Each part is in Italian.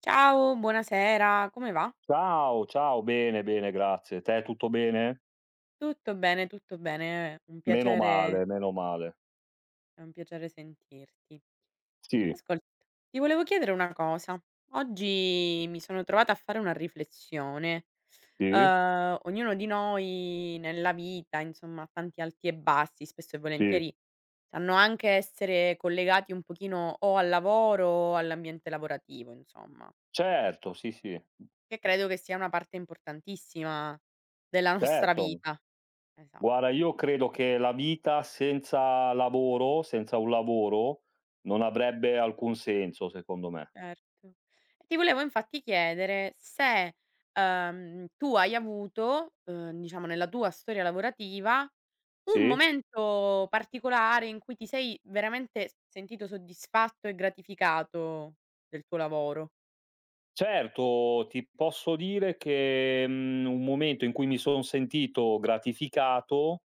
Ciao, buonasera, come va? Ciao, ciao, bene, bene, grazie. Te tutto bene? Tutto bene, un Meno piacere. male, meno male. È un piacere sentirti. Sì, Ascolta, ti volevo chiedere una cosa. Oggi mi sono trovata a fare una riflessione. sì, Ognuno di noi nella vita, insomma, ha tanti alti e bassi, spesso e sì. volentieri sanno anche essere collegati un pochino o al lavoro o all'ambiente lavorativo, insomma, Certo, sì, sì. che credo che sia una parte importantissima della nostra Certo. vita. Esa Guarda, io credo che la vita senza lavoro, senza un lavoro, non avrebbe alcun senso secondo me. Certo. E ti volevo infatti chiedere se, tu hai avuto, diciamo nella tua storia lavorativa, un Sì? momento particolare in cui ti sei veramente s sentito soddisfatto e gratificato del tuo lavoro. Certo, ti posso dire che, un momento in cui mi son sentito gratificato.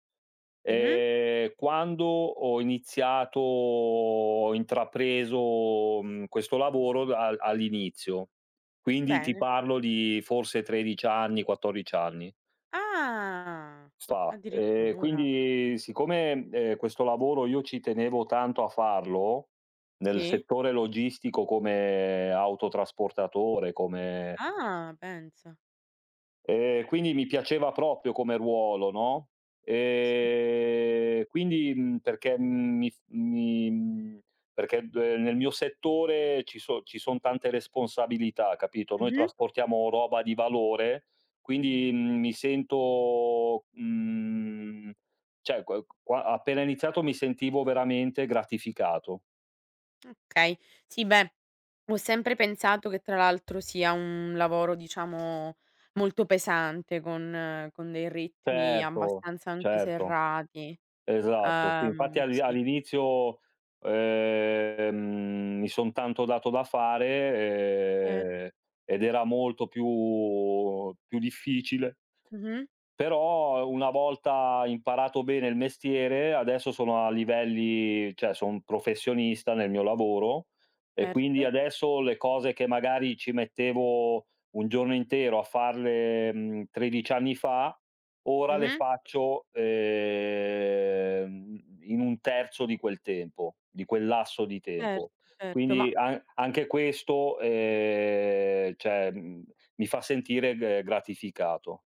Mh-mh. Quando ho intrapreso, questo lavoro al all'inizio, quindi ti Bene. parlo di forse 13 anni, 14 anni Ah, fa. Addirittura. Quindi siccome, questo lavoro io ci tenevo tanto a farlo, nel Sì? settore logistico come autotrasportatore, come Ah, pensa. Quindi mi piaceva proprio come ruolo, no, Sì. Quindi, perché mi f mi mhmm, perché d nel mio settore ci son tante responsabilità, capito, noi Mh-mh. trasportiamo roba di valore, quindi, mi sento, cioè q qua appena iniziato mi sentivo veramente gratificato. Okay. Sì, beh, ho sempre pensato che tra l'altro sia un lavoro, diciamo, molto pesante con dei ritmi Certo, abbastanza anche certo. serrati. Esatto, sì, infatti Sì, all'inizio, mi son tanto dato da cer fare, ed era molto più difficile. mh-mh, Però una volta imparato bene il mestiere, adesso sono a livelli, cioè sono un professionista nel mio lavoro, e quindi certo. adesso le cose che magari ci mettevo un giorno intero a farle, 13 anni fa, ora le Mh-mh, faccio, in un terzo di quel tempo, di quel lasso di tempo. certo, certo. Ma Quindi an anche questo, cioè, mi fa sentire g gratificato.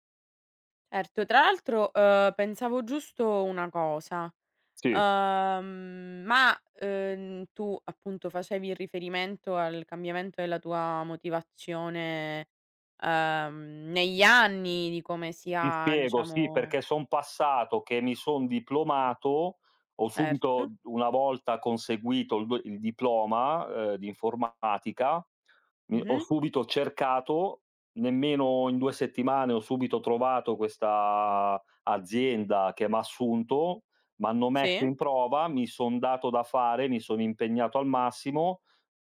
certo. Tra l'altro, pensavo giusto una cosa. Sì. Ma, tu appunto facevi riferimento al cambiamento della tua motivazione, negli anni, di come Ti sia spiego, sì, diciamo perché son passato che mi son diplomato, ho cert subito una volta conseguito il diploma, di informatica, mi ho mh-mh, subito cercato, nemmeno in 2 settimane ho subito trovato questa azienda che m'ha assunto, m'hanno messo sì, in prova, mi son dato da fare, mi sono impegnato al massimo.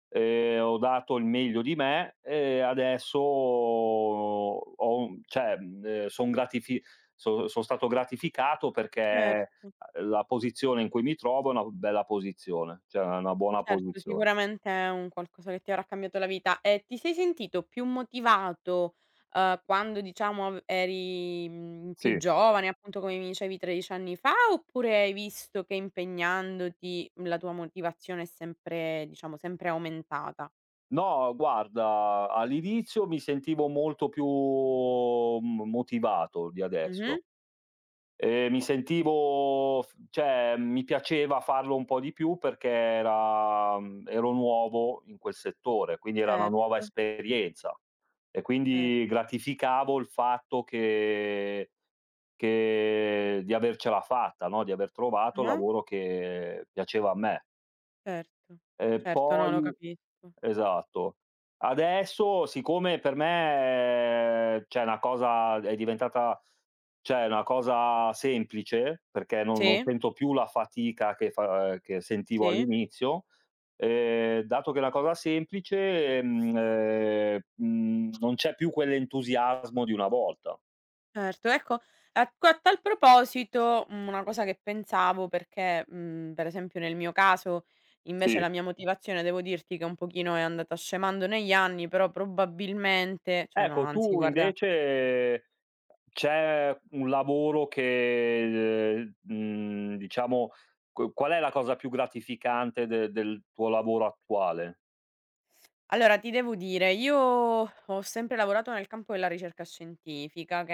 Ho dato il meglio di me e adesso ho un cioè, mhmm, son gratifi so son stato gratificato perché, certo. la posizione in cui mi trovo è una bella posizione, cioè è una buona Certo, posizione. sicuramente è un qualcosa che ti avrà cambiato la vita. E ti sei sentito più motivato, quando diciamo av eri, più Sì. giovane, appunto come mi dicevi 13 anni fa, oppure hai visto che impegnandoti la tua motivazione è sempre diciamo sempre aumentata? No, guarda, all'inizio mi sentivo molto più m motivato di Mh-mh. adesso. Mi sentivo f cioè mi piaceva farlo un po' di più perché ero nuovo in quel settore, quindi era una nuova Certo, esperienza e certo. quindi gratificavo il fatto che di avercela fatta, no, di aver trovato il Ah-ah. lavoro che piaceva a me. Certo. E Certo, no, lo poi capisco. esatto. Adesso siccome per me, cioè, è una cosa, è diventata, cioè, è una cosa semplice, perché non Sì, sento più la fatica che sentivo sì. all'inizio, dato che è una cosa semplice, non c'è più quell'entusiasmo di una volta. Certo, ecco, a tal proposito, una cosa che pensavo perché, per esempio nel mio caso, invece Sì. la mia motivazione devo dirti che un pochino è andata scemando negli anni, però probabilmente cioè no, Ecco, anzi tu guarda, invece, c'è un lavoro che, diciamo, qu qual è la cosa più gratificante de del tuo lavoro attuale? allora ti devo dire, io ho sempre lavorato nel campo della ricerca scientifica, che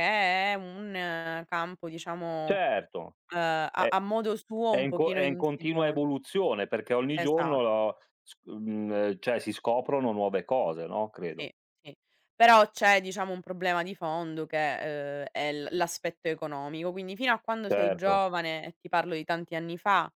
è un campo diciamo, Certo, ehm, a è a modo suo è un in co pochino è in continua insidioso. evoluzione, perché ogni Esa giorno cioè si scoprono nuove cose, no, credo. Sì, sì. Però c'è diciamo un problema di fondo che, è l'aspetto economico, quindi fino a quando sei Certo, giovane, e ti parlo di tanti anni fa,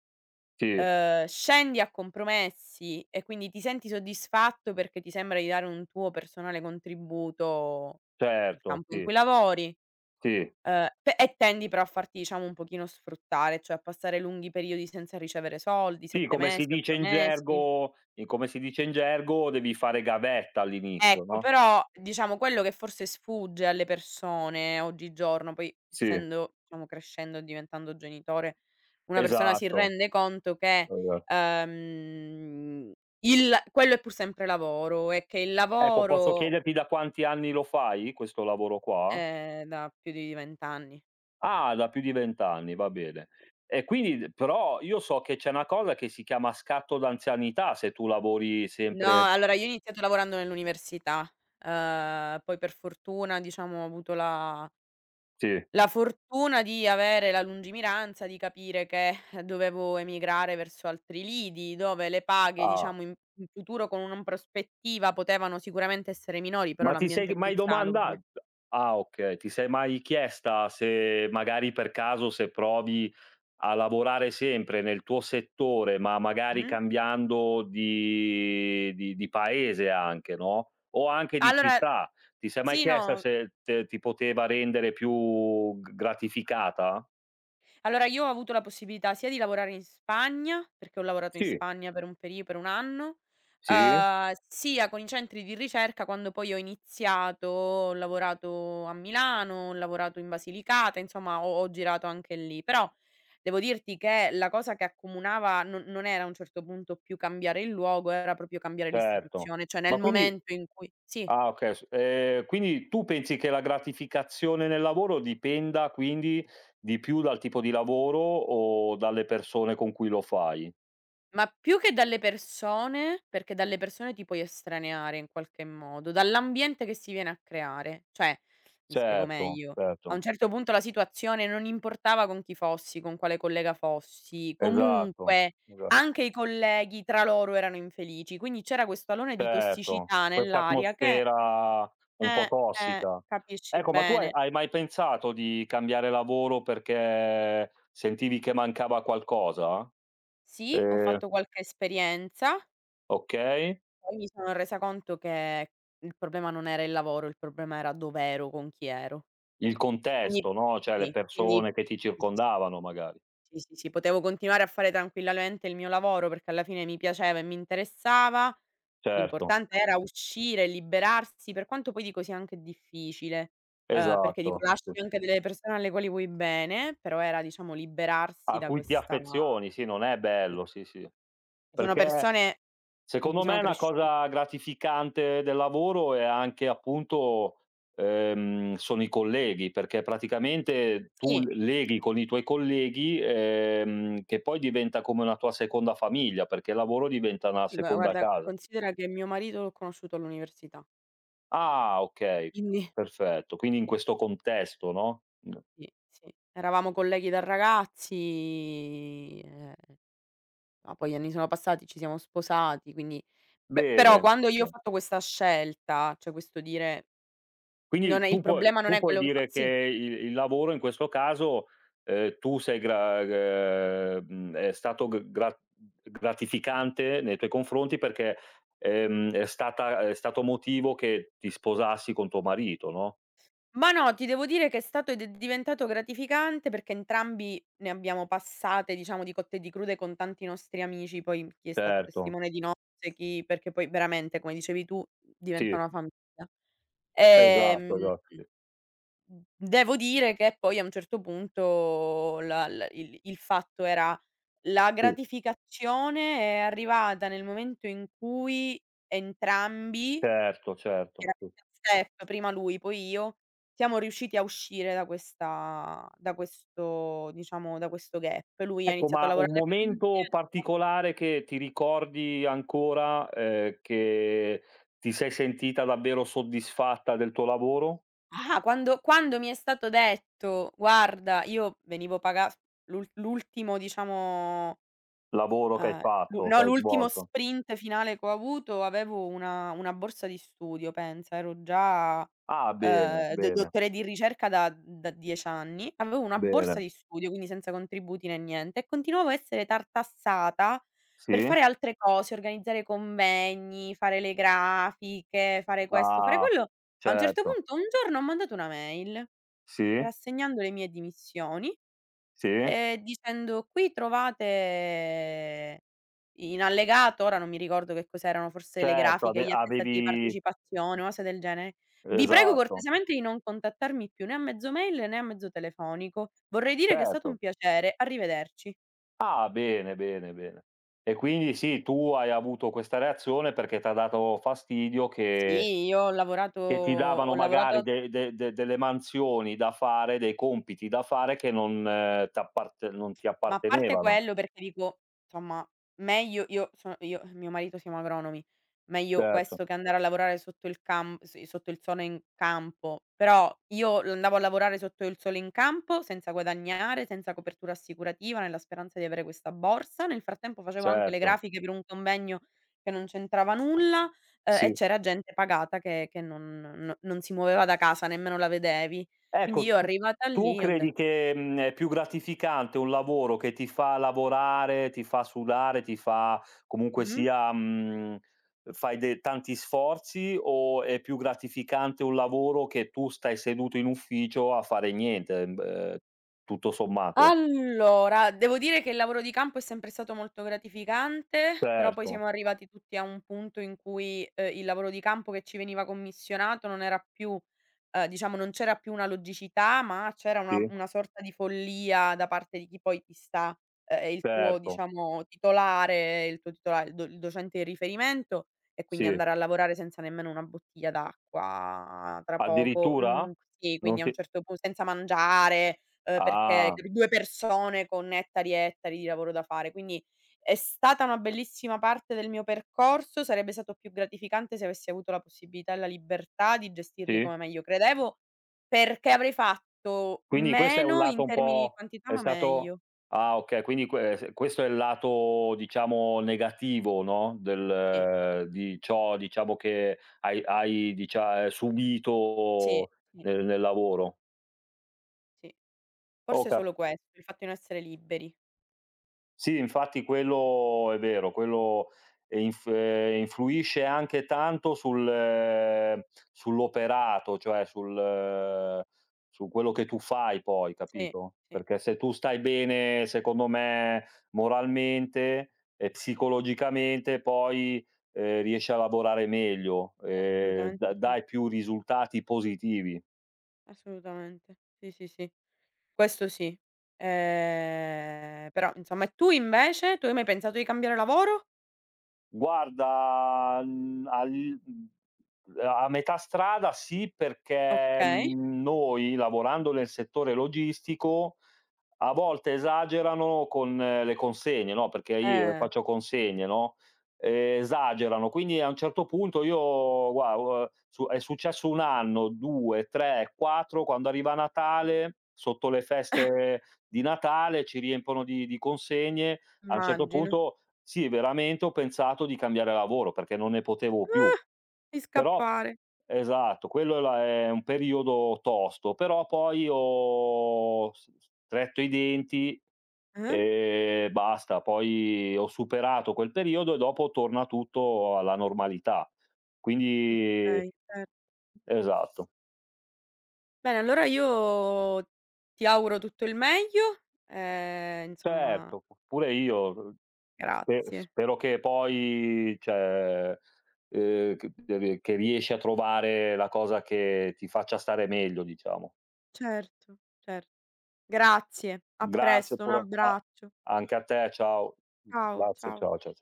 sì, scendi a compromessi e quindi ti senti soddisfatto perché ti sembra di dare un tuo personale contributo nel certo, campo in sì, cui lavori, sì. Pe e tendi però a farti diciamo un pochino sfruttare, cioè a passare lunghi periodi senza ricevere soldi, Sì, 7 mesi, 8 mesi. Come si dice in gergo, devi fare gavetta all'inizio, Ecco, no, però diciamo quello che forse sfugge alle persone oggigiorno, poi sì. essendo diciamo crescendo e diventando genitore, una persona si Esatto, rende conto che, esa ehm, il quello è pur sempre lavoro e che il ecco, posso lavoro chiederti da quanti anni lo fai questo lavoro qua? è da più di 20 anni. Ah, da più di 20 anni, va bene. E quindi d però io so che c'è una cosa che si chiama scatto d'anzianità se tu lavori No, sempre, allora io ho iniziato lavorando nell'università, poi per fortuna diciamo ho avuto la sì, fortuna di avere la lungimiranza di capire che dovevo emigrare verso altri lidi, dove le paghe, ah. diciamo, in futuro con una prospettiva potevano sicuramente essere minori, però Ma ti l'ambiente sei è più mai salubre. domanda ah okay, ti sei mai chiesta se magari per caso, se provi a lavorare sempre nel tuo settore, ma magari Mh-mh. cambiando di paese anche, no, o anche di Allora città. Ti sei mai sì, chiesta no, se te ti poteva rendere più g gratificata? allora io ho avuto la possibilità sia di lavorare in Spagna, perché ho lavorato in Sì, Spagna per un perio per 1 anno, sì. Sia con i centri di ricerca quando poi ho iniziato, ho lavorato a Milano, ho lavorato in Basilicata, insomma ho girato anche lì. Però devo dirti che la cosa che accomunava non era a un certo punto più cambiare il luogo, era proprio cambiare Certo. l'istituzione, cioè Ma nel quindi, momento in cui sì. ah, okay, s quindi tu pensi che la gratificazione nel lavoro dipenda quindi di più dal tipo di lavoro o dalle persone con cui lo fai? Ma più che dalle persone, perché dalle persone ti puoi estraneare in qualche modo, dall'ambiente che si viene a creare. Cioè, mi spiego Certo, meglio, a un certo. certo punto la situazione non importava con chi fossi, con quale collega fossi, Esatto, comunque esa anche i colleghi tra loro erano infelici, quindi c'era questo alone di certo, tossicità questa nell'aria che atmosfera un po' tossica. capisci Ecco, ma tu hai bene. hai mai pensato di cambiare lavoro perché sentivi che mancava qualcosa? Sì, ho Ehm, fatto qualche esperienza. okay, Poi mi sono resa conto che il problema non era il lavoro, il problema era dov'ero, con chi ero. il Quindi contesto, no, cioè le sì, quindi persone che ti sì, sì, sì, circondavano magari. sì, sì, sì, potevo continuare a fare tranquillamente il mio lavoro perché alla fine mi piaceva e mi interessava. Certo, L'importante era uscire, liberarsi, per quanto poi dico sia anche difficile, perché dico esatto, sì. lasci anche delle persone alle quali vuoi bene, però era diciamo liberarsi A da cui ti questa, affezioni, sì, non è sì, bello, sì, sì. sono Perché persone con cui Secondo sono me una cresciuta. cosa gratificante del lavoro è anche, appunto, sono i colleghi, perché praticamente tu Sì. l leghi con i tuoi colleghi, che poi diventa come una tua seconda famiglia, perché il lavoro diventa una Sì, seconda guarda, casa. considera che mio marito l'ho conosciuto all'università. Ah, okay, Quindi, perfetto. Quindi, in questo contesto, no. sì, sì. Eravamo colleghi da ragazzi, ma poi gli anni sono passati, ci siamo sposati, quindi pe però Bene. quando io ho Beh. fatto questa scelta, cioè questo dire: "Non Quindi è il tu puoi problema, non tu è puoi quello che fa", dire che sì. il lavoro in questo caso, tu sei gra mhmm, è stato g gra gratificante nei tuoi confronti perché, è stato motivo che ti sposassi con tuo marito, no? Ma no, ti devo dire che è stato ed è diventato gratificante perché entrambi ne abbiamo passate, diciamo, di cotte e di crude con tanti nostri amici, poi chi è stato Certo, testimone di nozze, chi perché poi veramente, come dicevi tu, diventa sì, una famiglia. esatto, Ehm, esa sì, mhmm, Devo dire che poi a un certo punto la l il fatto era la sì, gratificazione è arrivata nel momento in cui entrambi, certo, certo, sì. chiaramente a step, prima lui poi io, siamo riusciti a uscire da questo diciamo, da questo gap. Lui ha Ecco, iniziato a ma un lavorare per momento un'azienda. particolare che ti ricordi ancora, che ti sei sentita davvero soddisfatta del tuo lavoro? Ah, quando mi è stato detto: "Guarda", io venivo paga l'ul l'ultimo diciamo Lavoro che hai Ehm, l'u fatto, no, che hai l'ultimo svolto. sprint finale che ho avuto avevo una borsa di studio, pensa, ero già, Ah, bene, d bene, dottore di ricerca da 10 anni, avevo una borsa bene. di studio, quindi senza contributi né niente, e continuavo a essere tartassata per Sì, fare altre cose, organizzare convegni, fare le grafiche, fare questo, fare ah, quello. A un certo certo. punto un giorno ho mandato una mail Sì, rassegnando le mie dimissioni, sì, dicendo: "Qui trovate in allegato", ora non mi ricordo che cos'erano, forse le certo, grafiche, gli attestati di avevi, partecipazione, una cosa del genere: "Vi prego esatto, cortesemente di non contattarmi più né a mezzo mail né a mezzo telefonico. Vorrei dire che è stato un certo. piacere. Arrivederci". Ah, bene, bene, bene. E quindi sì, tu hai avuto questa reazione perché t'ha dato fastidio che Sì, io ho lavorato, che ti davano ho magari lavorato. de de de delle mansioni da fare, dei compiti da fare che non ti Ma a parte appartenevano. quello perché dico, insomma, meglio, io sono io e mio marito siamo agronomi, meglio Certo, questo che andare a lavorare sotto il cam s sotto il sole in campo, però io l andavo a lavorare sotto il sole in campo senza guadagnare, senza copertura assicurativa, nella speranza di avere questa borsa. Nel frattempo facevo anche le certo. grafiche per un convegno che non c'entrava nulla, e Sì. c'era gente pagata che non si muoveva da casa, nemmeno la vedevi. Quindi Ecco, io tu arrivata tu lì ho det credi che, è più gratificante un lavoro che ti fa lavorare, ti fa sudare, ti fa comunque mh-mh. sia, fai de tanti sforzi, o è più gratificante un lavoro che tu stai seduto in ufficio a fare niente, tutto sommato? Allora, devo dire che il lavoro di campo è sempre stato molto gratificante, però poi Certo, siamo arrivati tutti a un punto in cui, il lavoro di campo che ci veniva commissionato non era più, diciamo non c'era più una logicità, ma c'era una sì, una sorta di follia da parte di chi poi ti sta, è il tuo certo, diciamo titolare, il docente di riferimento, e quindi sì. andare a lavorare senza nemmeno una bottiglia d'acqua tra poco. Addirittura? Mhmm, sì, Non quindi a un ti certo pu senza mangiare, perché ah, per 2 persone con ettari e ettari di lavoro da fare. Quindi è stata una bellissima parte del mio percorso, sarebbe stato più gratificante se avessi avuto la possibilità e la libertà di gestirli sì? come meglio credevo, perché avrei fatto Quindi questo è un meno in lato un termini di po', quantità, è ma stato meglio. ah, okay, quindi questo è il lato, diciamo, negativo, no, Sì, del di ciò, diciamo, che hai dicia sì, subito sì, nel lavoro. sì. Ho Forse cap solo questo, il fatto di non essere liberi. Sì, infatti quello è vero, quello, influisce anche tanto sull'operato, cioè sul su quello che tu fai poi, Sì, capito? sì, Perché se tu stai bene, secondo me, moralmente e psicologicamente poi, riesci a lavorare meglio, assolutamente da sì, dai più risultati positivi. assolutamente. Sì, sì, sì, questo sì. Però insomma, e tu invece? Tu hai mai pensato di cambiare lavoro? Guarda, a metà strada sì, perché, Okay, noi lavorando nel settore logistico a volte esagerano con le consegne, no, perché io eh, faccio consegne, no, esagerano. Quindi a un certo punto, io gua su è successo 1 anno, 2, 3, 4, quando arriva Natale, sotto le feste di Natale ci riempono di consegne. A un certo immagino. punto, sì, veramente ho pensato di cambiare lavoro perché non ne potevo più. Ah! Di Però scappare. esatto, quello è un periodo tosto, però poi ho s stretto i denti Eh? e basta. Poi ho superato quel periodo e dopo torna tutto alla normalità. Quindi Okay, cer esatto. Bene, allora io ti auguro tutto il meglio e insomma Certo, p pure io, grazie. spero che poi, cioè, che riesci a trovare la cosa che ti faccia stare meglio, diciamo. Certo, cer grazie, a Grazie presto, un pure a abbraccio. anche a te, ciao. Ciao, Grazie, ciao. ciao, cia